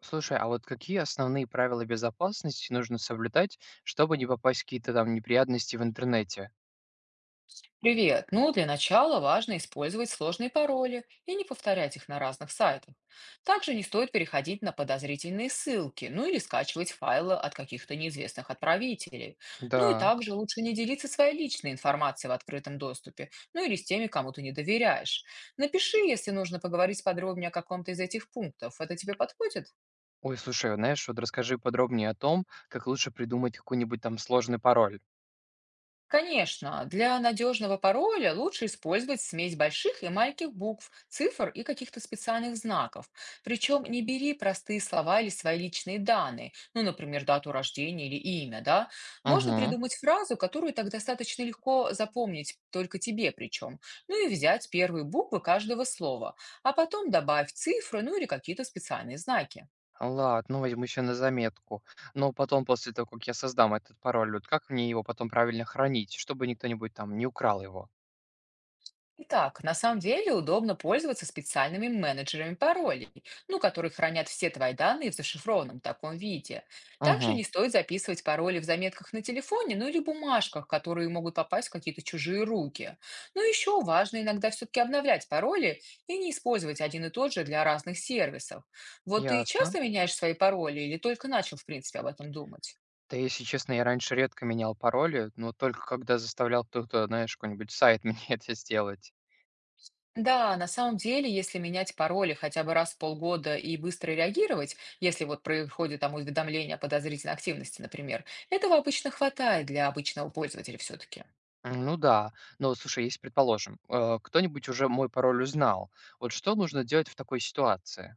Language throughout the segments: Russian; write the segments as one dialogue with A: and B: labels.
A: Слушай, а вот какие основные правила безопасности нужно соблюдать, чтобы не попасть в какие-то там неприятности в интернете?
B: Привет! Ну, для начала важно использовать сложные пароли и не повторять их на разных сайтах. Также не стоит переходить на подозрительные ссылки, ну или скачивать файлы от каких-то неизвестных отправителей. Ну и
A: Да.
B: также лучше не делиться своей личной информацией в открытом доступе, ну или с теми, кому ты не доверяешь. Напиши, если нужно поговорить подробнее о каком-то из этих пунктов. Это тебе подходит?
A: Ой, слушай, знаешь, вот расскажи подробнее о том, как лучше придумать какой-нибудь там сложный пароль.
B: Конечно, для надежного пароля лучше использовать смесь больших и маленьких букв, цифр и каких-то специальных знаков. Причем не бери простые слова или свои личные данные, ну, например, дату рождения или имя, да. Можно
A: Угу.
B: придумать фразу, которую так достаточно легко запомнить, только тебе причем. Ну и взять первые буквы каждого слова, а потом добавь цифры, ну или какие-то специальные знаки.
A: Ладно, ну возьму еще на заметку. Но потом, после того, как я создам этот пароль, вот как мне его потом правильно хранить, чтобы никто-нибудь там не украл его?
B: Итак, на самом деле удобно пользоваться специальными менеджерами паролей, ну, которые хранят все твои данные в зашифрованном таком виде. Также
A: Угу.
B: не стоит записывать пароли в заметках на телефоне, ну или бумажках, которые могут попасть в какие-то чужие руки. Но еще важно иногда все-таки обновлять пароли и не использовать один и тот же для разных сервисов. Вот ты
A: Ясно.
B: часто меняешь свои пароли или только начал, в принципе, об этом думать?
A: Да, если честно, я раньше редко менял пароли, но только когда заставлял кто-то, знаешь, какой-нибудь сайт мне это сделать.
B: Да, на самом деле, если менять пароли хотя бы раз в полгода и быстро реагировать, если вот происходит там уведомление о подозрительной активности, например, этого обычно хватает для обычного пользователя все-таки.
A: М, ну да. Но вот слушай, если, предположим, кто-нибудь уже мой пароль узнал, вот что нужно делать в такой ситуации?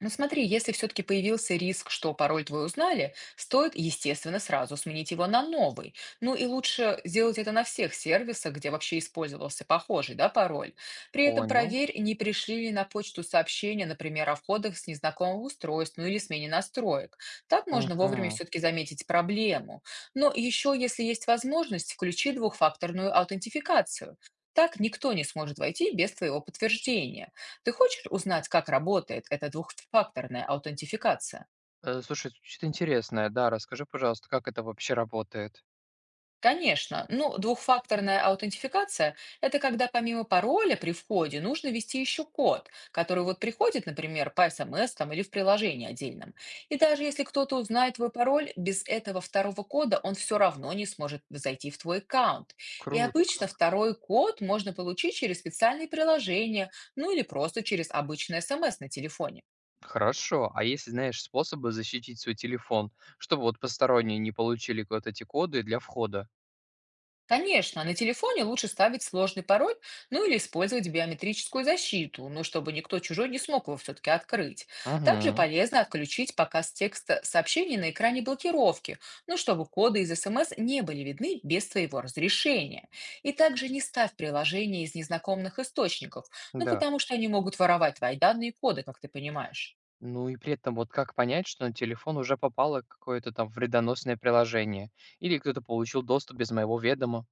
B: Ну смотри, если все-таки появился риск, что пароль твой узнали, стоит, естественно, сразу сменить его на новый. Ну и лучше сделать это на всех сервисах, где вообще использовался похожий, да, пароль. При этом
A: Понял.
B: проверь, не пришли ли на почту сообщения, например, о входах с незнакомого устройства, ну, или смене настроек. Так можно вовремя
A: Мгм.
B: все-таки заметить проблему. Но еще, если есть возможность, включи двухфакторную аутентификацию. Так никто не сможет войти без твоего подтверждения. Ты хочешь узнать, как работает эта двухфакторная аутентификация?
A: Э, слушай, звучит интересно. Да, расскажи, пожалуйста, как это вообще работает?
B: Конечно. Ну, двухфакторная аутентификация — это когда помимо пароля при входе нужно ввести еще код, который вот приходит, например, по СМС там, или в приложении отдельном. И даже если кто-то узнает твой пароль, без этого второго кода он все равно не сможет зайти в твой аккаунт. И
A: Круто
B: обычно
A: как.
B: второй код можно получить через специальные приложения, ну или просто через обычный СМС на телефоне.
A: Хорошо. А если знаешь способы защитить свой телефон, чтобы вот посторонние не получили вот эти коды для входа?
B: Конечно, на телефоне лучше ставить сложный пароль, ну или использовать биометрическую защиту, ну чтобы никто чужой не смог его все-таки открыть. Также
A: Мгм.
B: полезно отключить показ текста сообщений на экране блокировки, ну чтобы коды из СМС не были видны без твоего разрешения. И также не ставь приложения из незнакомых источников, ну
A: Да.
B: потому что они могут воровать твои данные и коды, как ты понимаешь.
A: Ну и при этом вот как понять, что на телефон уже попало какое-то там вредоносное приложение или кто-то получил доступ без моего ведома?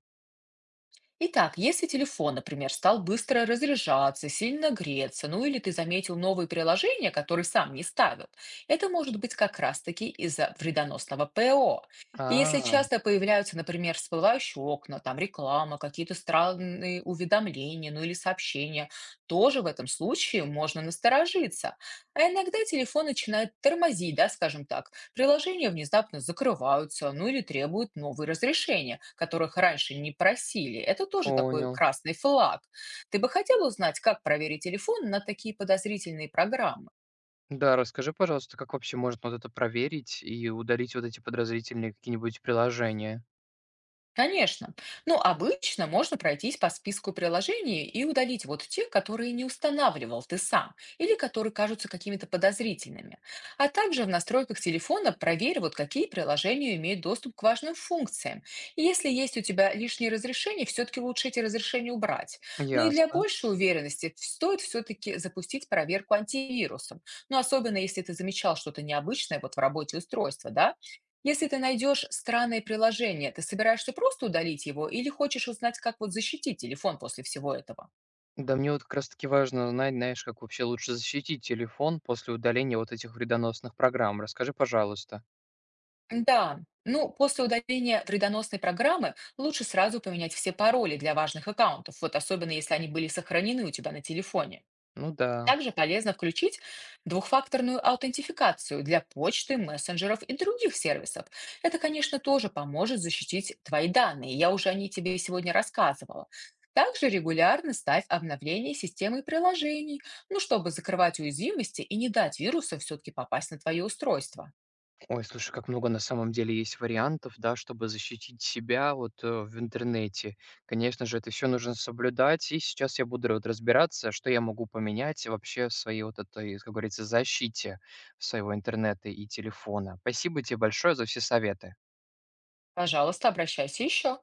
B: Итак, если телефон, например, стал быстро разряжаться, сильно греться, ну или ты заметил новые приложения, которые сам не ставил, это может быть как раз-таки из-за вредоносного ПО. И если
A: А.
B: часто появляются, например, всплывающие окна, там реклама, какие-то странные уведомления, ну или сообщения, тоже в этом случае можно насторожиться. А иногда телефон начинает тормозить, да, скажем так, приложения внезапно закрываются, ну или требуют новые разрешения, которых раньше не просили. Это тоже такой
A: Понял.
B: красный флаг. Ты бы хотел узнать, как проверить телефон на такие подозрительные программы?
A: Да, расскажи, пожалуйста, как вообще можно вот это проверить и удалить вот эти подозрительные какие-нибудь приложения?
B: Конечно. Ну, обычно можно пройтись по списку приложений и удалить вот те, которые не устанавливал ты сам или которые кажутся какими-то подозрительными. А также в настройках телефона проверь, вот какие приложения имеют доступ к важным функциям. И если есть у тебя лишние разрешения, все-таки лучше эти разрешения убрать. Ну и для
A: Ясно.
B: большей уверенности стоит все-таки запустить проверку антивирусом. Ну, особенно если ты замечал что-то необычное вот в работе устройства, да? Если ты найдешь странное приложение, ты собираешься просто удалить его или хочешь узнать, как вот защитить телефон после всего этого?
A: Да, мне вот как раз-таки важно знать, знаешь, как вообще лучше защитить телефон после удаления вот этих вредоносных программ. Расскажи, пожалуйста.
B: Да, ну, после удаления вредоносной программы лучше сразу поменять все пароли для важных аккаунтов, вот особенно если они были сохранены у тебя на телефоне.
A: Ну да.
B: Также полезно включить двухфакторную аутентификацию для почты, мессенджеров и других сервисов. Это, конечно, тоже поможет защитить твои данные. Я уже о ней тебе сегодня рассказывала. Также регулярно ставь обновления системы и приложений, ну, чтобы закрывать уязвимости и не дать вирусам все-таки попасть на твое устройство.
A: Ой, слушай, как много на самом деле есть вариантов, да, чтобы защитить себя вот в интернете. Конечно же, это все нужно соблюдать, и сейчас я буду вот разбираться, что я могу поменять вообще в своей вот этой, как говорится, защите своего интернета и телефона. Спасибо тебе большое за все советы.
B: Пожалуйста, обращайся еще.